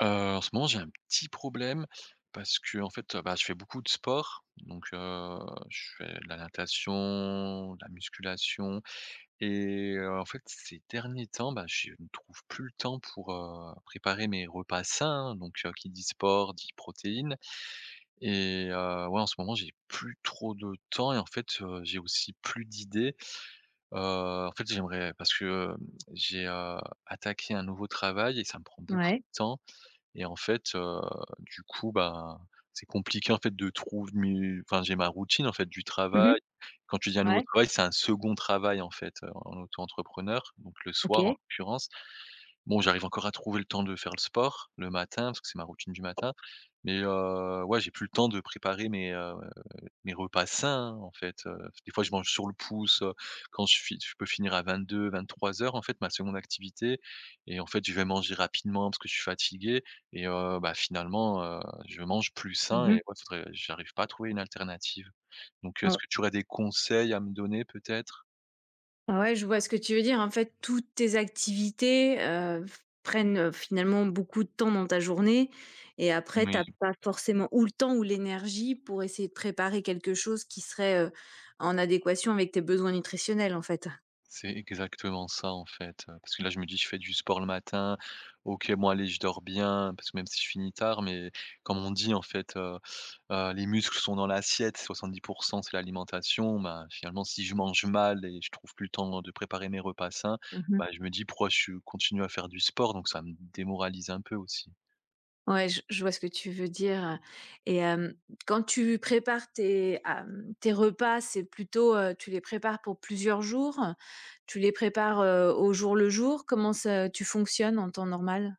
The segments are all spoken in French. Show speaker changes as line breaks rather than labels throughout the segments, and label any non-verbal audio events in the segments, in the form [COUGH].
Heu, En ce moment, j'ai un petit problème parce que en fait, bah, je fais beaucoup de sport, donc je fais de la natation, de la musculation et en fait, ces derniers temps, bah, je ne trouve plus le temps pour, préparer mes repas sains, hein, donc qui dit sport dit protéines et ouais, en ce moment, j'ai plus trop de temps et en fait, j'ai aussi plus d'idées. En fait, j'aimerais parce que, j'ai, attaqué un nouveau travail et ça me prend beaucoup
Ouais.
de temps et en fait, du coup, bah, c'est compliqué en fait de trouver. Enfin j'ai ma routine en fait du
Mmh.
travail. Quand tu dis un nouveau
Ouais.
travail, c'est un second travail en fait, en auto-entrepreneur, donc le soir en
OK.
l'occurrence. Bon, j'arrive encore à trouver le temps de faire le sport le matin, parce que c'est ma routine du matin, mais ouais, j'ai plus le temps de préparer mes repas sains, en fait, des fois je mange sur le pouce, quand je peux finir à 22 heures en fait, ma seconde activité et en fait, je vais manger rapidement parce que je suis fatigué et bah, finalement, je mange plus sain
Mmh mh.
et ouais, faudrait j'arrive pas à trouver une alternative. Donc, est-ce
O
que tu aurais des conseils à me donner peut-être?
Ouais, je vois ce que tu veux dire. En fait, toutes tes activités, f prennent, finalement beaucoup de temps dans ta journée et après tu as pas forcément ou le temps ou l'énergie pour essayer de préparer quelque chose qui serait, en adéquation avec tes besoins nutritionnels, en fait.
C'est exactement ça en fait, parce que là je me dis: «Je fais du sport le matin, OK, bon allez je dors bien», parce que même si je finis tard, mais comme on dit en fait: «Les muscles sont dans l'assiette, 70 c'est l'alimentation». Ben, finalement si je mange mal et je trouve plus le temps de préparer mes repas sains,
Mmh.
bah, je me dis: «Pourquoi je continue à faire du sport?» Donc ça me démoralise un peu aussi.
Ouais, je vois ce que tu veux dire, et hem, quand tu prépares tes, tes repas, c'est plutôt, tu les prépares pour plusieurs jours? Tu les prépares, au jour le jour? Comment ça tu fonctionnes en temps normal?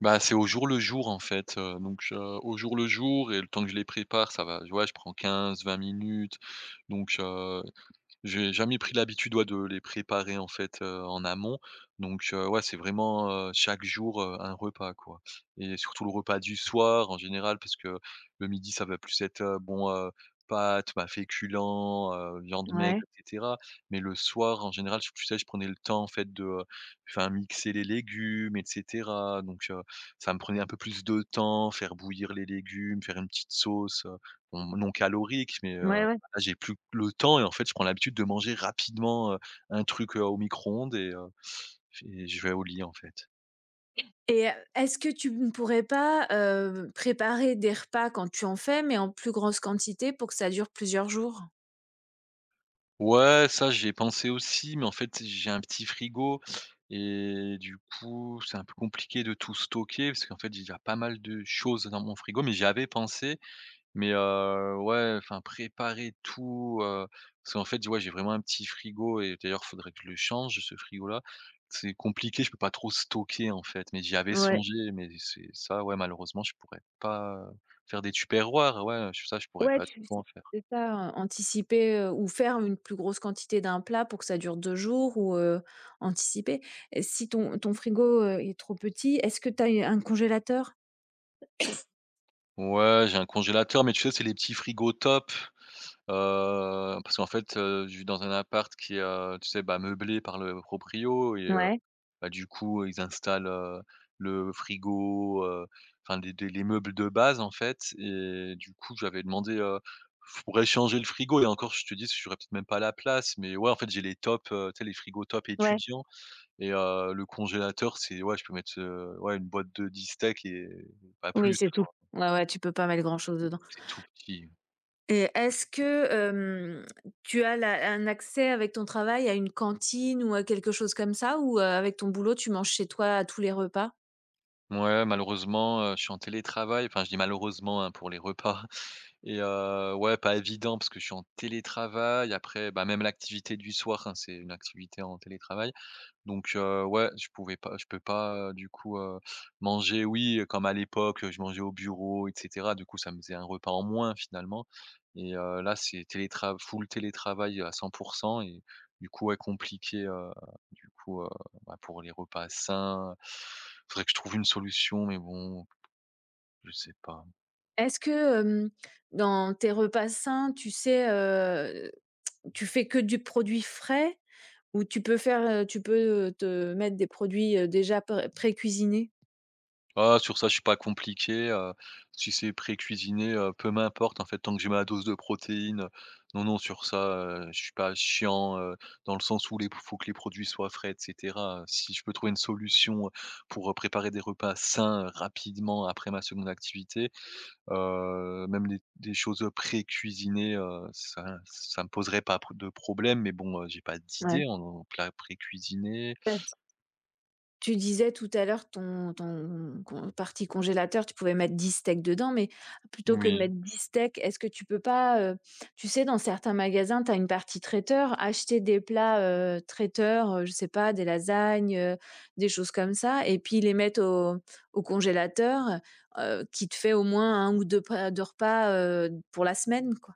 Bah, c'est au jour le jour en fait, donc je au jour le jour et le temps que je les prépare, ça va, ouais, je prends 15-20 minutes donc j'ai jamais pris l'habitude, ouais, de les préparer en fait, en amont. Donc, ouais, c'est vraiment, chaque jour, un repas quoi. Et surtout le repas du soir en général, parce que le midi ça va plus être, bon, pâtes, bah, féculents, viande maigre
Ouais,
et cetera. Mais le soir en général, je tu sais, je prenais le temps en fait de, enfin mixer les légumes et cetera. Donc, ça me prenait un peu plus de temps, faire bouillir les légumes, faire une petite sauce, bon non calorique mais,
ouais, ouais.
là, j'ai plus le temps et en fait, je prends l'habitude de manger rapidement, un truc, au micro-ondes et je vais au lit, en fait.
Et est-ce que tu ne pourrais pas, préparer des repas quand tu en fais, mais en plus grosse quantité pour que ça dure plusieurs jours?
Ouais, ça, j'y ai pensé aussi, mais en fait, j'ai un petit frigo et du coup, c'est un peu compliqué de tout stocker parce qu'en fait, il y a pas mal de choses dans mon frigo, mais j'y avais pensé. Mais ouais, enfin préparer tout, parce qu'en fait, ouais, j'ai vraiment un petit frigo et d'ailleurs faudrait que je le change ce frigo-là. C'est compliqué, je peux pas trop stocker en fait, mais j'y avais
Ouais.
songé, mais c'est ça, ouais, malheureusement, je pourrais pas, faire des tupperwares, ouais, je ça, je pourrais
Ouais,
pas du
tu
tout
s
en faire.
C'est ça, anticiper, ou faire une plus grosse quantité d'un plat pour que ça dure 2 jours ou, anticiper. Et si ton frigo, est trop petit, est-ce que tu as un congélateur?
Ouais, j'ai un congélateur, mais tu sais, c'est les petits frigos top, heu, parce qu'en fait, je vis dans un appart qui est, tu sais, bah, meublé par le proprio et
Ouais,
bah, du coup, ils installent, le frigo, enfin des les meubles de base en fait et du coup, j'avais demandé, je pourrais changer le frigo et encore je te dis, j'aurais peut-être même pas la place, mais ouais, en fait, j'ai les top tu sais les frigos top
ouais,
étudiants et le congélateur, c'est ouais, je peux mettre, ouais, une boîte de 10 steaks et pas
oui,
plus
c'est tout.
quoi.
Ouais, ouais, tu peux pas mettre grand-chose dedans.
C'est tout petit.
Et est-ce que, tu as la un accès avec ton travail à une cantine ou à quelque chose comme ça? Ou, avec ton boulot, tu manges chez toi à tous les repas?
Ouais, malheureusement, je suis en télétravail, enfin je dis malheureusement, hein, pour les repas. Et ouais, pas évident parce que je suis en télétravail. Après, bah, même l'activité du soir, hein, c'est une activité en télétravail. Donc ouais, je peux pas, du coup, manger, oui, comme à l'époque, je mangeais au bureau et cetera. Du coup, ça me faisait un repas en moins finalement et là, c'est télétra full télétravail à 100%. Et du coup, ouais, compliqué, du coup, bah, pour les repas sains. Faudrait que je trouve une solution mais bon, je sais pas.
Est-ce que, dans tes repas sains, tu sais, tu fais que du produit frais ou tu peux faire, te mettre des produits, déjà pré cuisinés?
Ah, sur ça, je suis pas compliqué, si c'est pré-cuisiné, peu m'importe, en fait, tant que j'ai ma dose de protéines, non, non, sur ça, je suis pas chiant, dans le sens où il faut que les produits soient frais et cetera. Si je peux trouver une solution, pour, préparer des repas sains, rapidement après ma seconde activité, même des choses, pré-cuisinées, ça ça me poserait pas de problème mais bon, j'ai pas d'idée
Ouais.
en plat pré-cuisiné.
Bah, tu disais tout à l'heure ton con partie congélateur, tu pouvais mettre 10 steaks dedans, mais plutôt que de
Oui.
mettre 10 steaks, est-ce que tu peux pas, tu sais, dans certains magasins, tu as une partie traiteur, acheter des plats, traiteurs, je sais pas, des lasagnes, des choses comme ça et puis les mettre au congélateur, qui te fait au moins un ou 2 pa 2 repas, pour la semaine, quoi?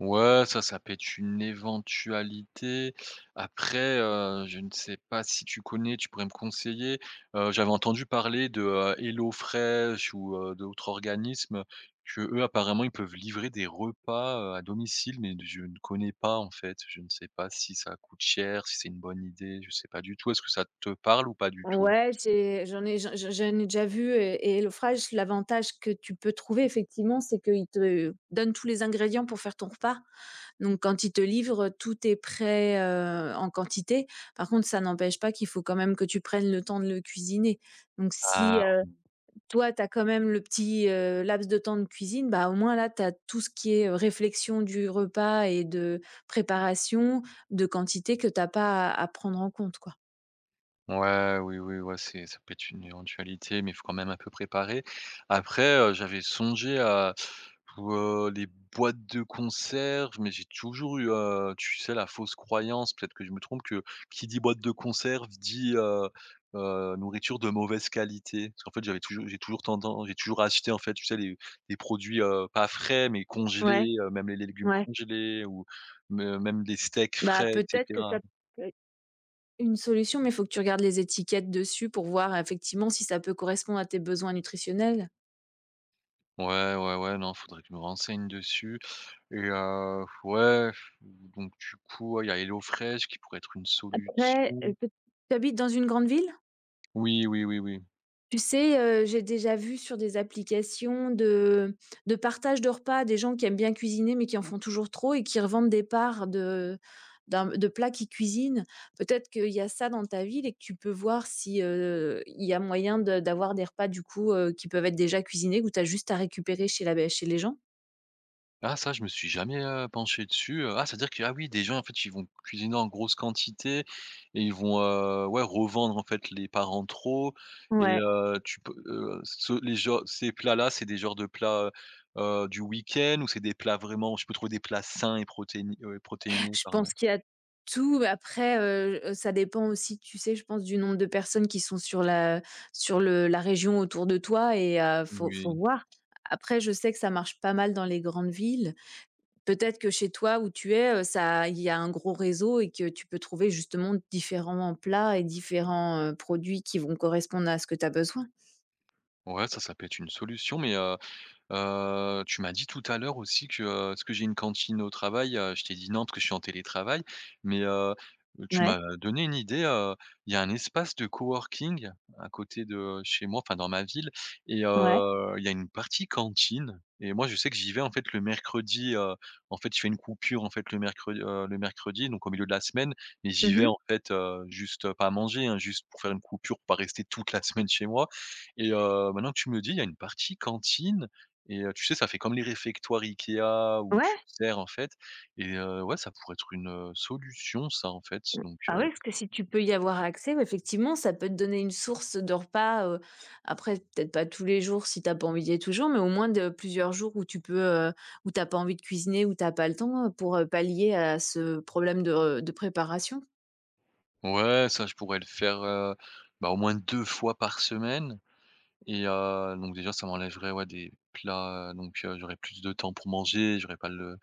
Ouais, ça peut être une éventualité. Après, je ne sais pas si tu connais, tu pourrais me conseiller. J'avais entendu parler de, HelloFresh ou, d'autres organismes que eux, apparemment, ils peuvent livrer des repas, à domicile, mais je ne connais pas, en fait. Je ne sais pas si ça coûte cher, si c'est une bonne idée, je sais pas du tout. Est-ce que ça te parle ou pas du tout?
Ouais, j'en ai déjà vu et HelloFresh, l'avantage que tu peux trouver effectivement, c'est qu'ils te donnent tous les ingrédients pour faire ton repas. Donc quand ils te livrent, tout est prêt, en quantité. Par contre, ça n'empêche pas qu'il faut quand même que tu prennes le temps de le cuisiner. Donc si,
Ah,
toi, tu as quand même le petit, laps de temps de cuisine, bah, au moins là, tu as tout ce qui est, réflexion du repas et de préparation, de quantité que tu as pas à prendre en compte, quoi.
ouais, oui, oui, ouais, c'est ça peut être une éventualité, mais il faut quand même un peu préparer. Après, j'avais songé à pour, les boîtes de conserve, mais j'ai toujours eu, tu sais, la fausse croyance, peut-être que je me trompe, que qui dit boîte de conserve dit, nourriture de mauvaise qualité. Parce qu'en fait, j'ai toujours tendance, j'ai toujours acheté, en fait, tu sais, les produits, pas frais, mais
Ouais,
congelés, même les légumes
ouais.
congelés ou me même des steaks
Bah,
frais
peut-être que
etc.
ça peut être une solution, mais il faut que tu regardes les étiquettes dessus pour voir effectivement si ça peut correspondre à tes besoins nutritionnels.
Ouais, ouais, ouais, non, faudrait que je me renseigne dessus et ouais, donc du coup, ouais, il y a HelloFresh qui pourrait être une
Après,
solution.
peut tu habites dans une grande ville?
Oui, oui, oui, oui.
Tu sais, j'ai déjà vu sur des applications de partage de repas des gens qui aiment bien cuisiner, mais qui en font toujours trop et qui revendent des parts de d'un de plats qu'ils cuisinent. Peut-être qu'il y a ça dans ta ville et que tu peux voir si, il y a moyen de d'avoir des repas du coup, qui peuvent être déjà cuisinés, où tu as juste à récupérer chez les gens?
Ah ça, je me suis jamais, penché dessus, ah c'est-à-dire que, ah oui, des gens, en fait, ils vont cuisiner en grosse quantité et ils vont, ouais, revendre, en fait, les parents trop et
Ouais.
tu peux, ce les genres ces plats-là, c'est des genres de plats, heu du week-end ou c'est des plats vraiment je peux trouver des plats sains et protéinés, protéinés,
Je
pardon?
pense qu'il y a tout, mais après, ça dépend aussi, tu sais, je pense du nombre de personnes qui sont sur le la région autour de toi et faut
Oui.
voir. Après, je sais que ça marche pas mal dans les grandes villes. Peut-être que chez toi où tu es, ça il y a un gros réseau et que tu peux trouver justement différents plats et différents, produits qui vont correspondre à ce que tu as besoin.
Ouais, ça peut être une solution, mais, tu m'as dit tout à l'heure aussi que, est-ce que j'ai une cantine au travail? Je t'ai dit non parce que je suis en télétravail, mais, tu
Ouais,
m'as donné une idée, il y a un espace de coworking à côté de chez moi, enfin dans ma ville et
ouais.
il y a une partie cantine et moi je sais que j'y vais en fait le mercredi, en fait je fais une coupure en fait le mercredi, donc au milieu de la semaine et j'y vais
Mmh.
en fait, juste pas à manger, hein, juste pour faire une coupure, pour pas rester toute la semaine chez moi et maintenant que tu me le dis, il y a une partie cantine et tu sais, ça fait comme les réfectoires IKEA où tu
Ouais.
sers, en fait et ouais, ça pourrait être une, solution ça, en fait, donc
Ah ouais, parce que si tu peux y avoir accès, ouais, effectivement, ça peut te donner une source de repas, après peut-être pas tous les jours si t'as pas envie d'y aller tous mais au moins de plusieurs jours où tu peux, où t'as pas envie de cuisiner, où t'as pas le temps, pour, pallier à ce problème de préparation.
ouais, ça, je pourrais le faire, bah, au moins 2 fois par semaine et donc déjà, ça m'enlèverait, ouais, des plats, donc j'aurais plus de temps pour manger, j'aurais pas le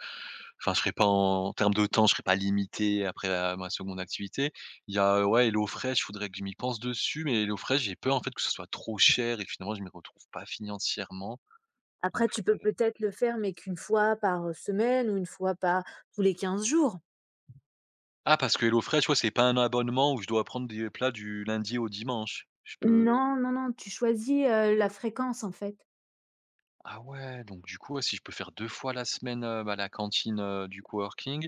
enfin, je serais pas en termes de temps, je serais pas limité après, ma seconde activité. Il y a, ouais, HelloFresh, faudrait que je m'y pense dessus, mais HelloFresh, j'ai peur, en fait, que ce soit trop cher et finalement, je m'y retrouve pas financièrement, donc.
Après tu peux peut-être le faire, mais qu'une fois par, semaine ou une fois par tous les quinze jours.
Ah parce que HelloFresh, tu c'est pas un abonnement où je dois prendre des plats du lundi au dimanche. Je peux
Non, non, non, tu choisis, la fréquence en fait.
ah ouais, donc du coup, ouais, si je peux faire 2 fois la semaine, bah, la cantine, du coworking.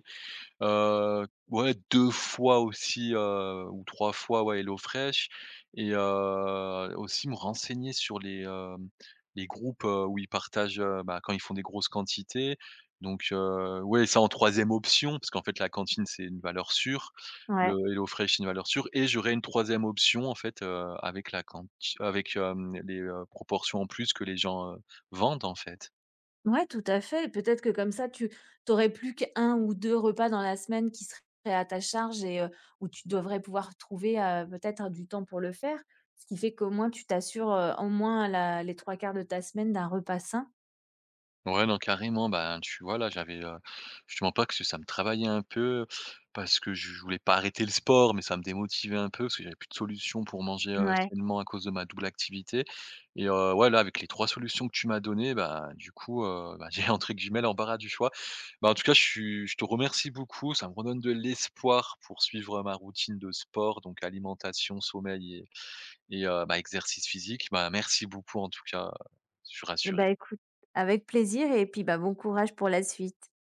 Ouais 2 fois aussi, ou 3 fois, ouais, HelloFresh et aussi me renseigner sur les groupes, où ils partagent, bah, quand ils font des grosses quantités. Donc ouais, ça en troisième option, parce qu'en fait la cantine, c'est une valeur sûre. Le
Ouais.
HelloFresh, c'est une valeur sûre et j'aurais une troisième option en fait, avec la quanti avec, les, proportions en plus que les gens, vendent en fait.
Ouais, tout à fait. Peut-être que comme ça, tu t'aurais plus qu'un ou 2 repas dans la semaine qui seraient à ta charge et où tu devrais pouvoir trouver, peut-être du temps pour le faire. Ce qui fait qu'au moins tu t'assures, au moins la les trois quarts de ta semaine d'un repas sain.
Ouais, non, carrément, ben, tu vois, là, j'avais, je te mens pas que ça me travaillait un peu parce que je voulais pas arrêter le sport, mais ça me démotivait un peu parce que j'avais plus de solution pour manger,
Ouais,
sainement à cause de ma double activité et ouais, là, avec les 3 solutions que tu m'as données, bah, du coup, bah, [LAUGHS] j'ai entre guillemets «l'embarras du choix». Bah, en tout cas, je te remercie beaucoup, ça me redonne de l'espoir pour suivre ma routine de sport, donc alimentation, sommeil et bah, exercice physique. Bah, merci beaucoup en tout cas, je suis
et
rassuré.
ben écoute, avec plaisir et puis, bah, bon courage pour la suite.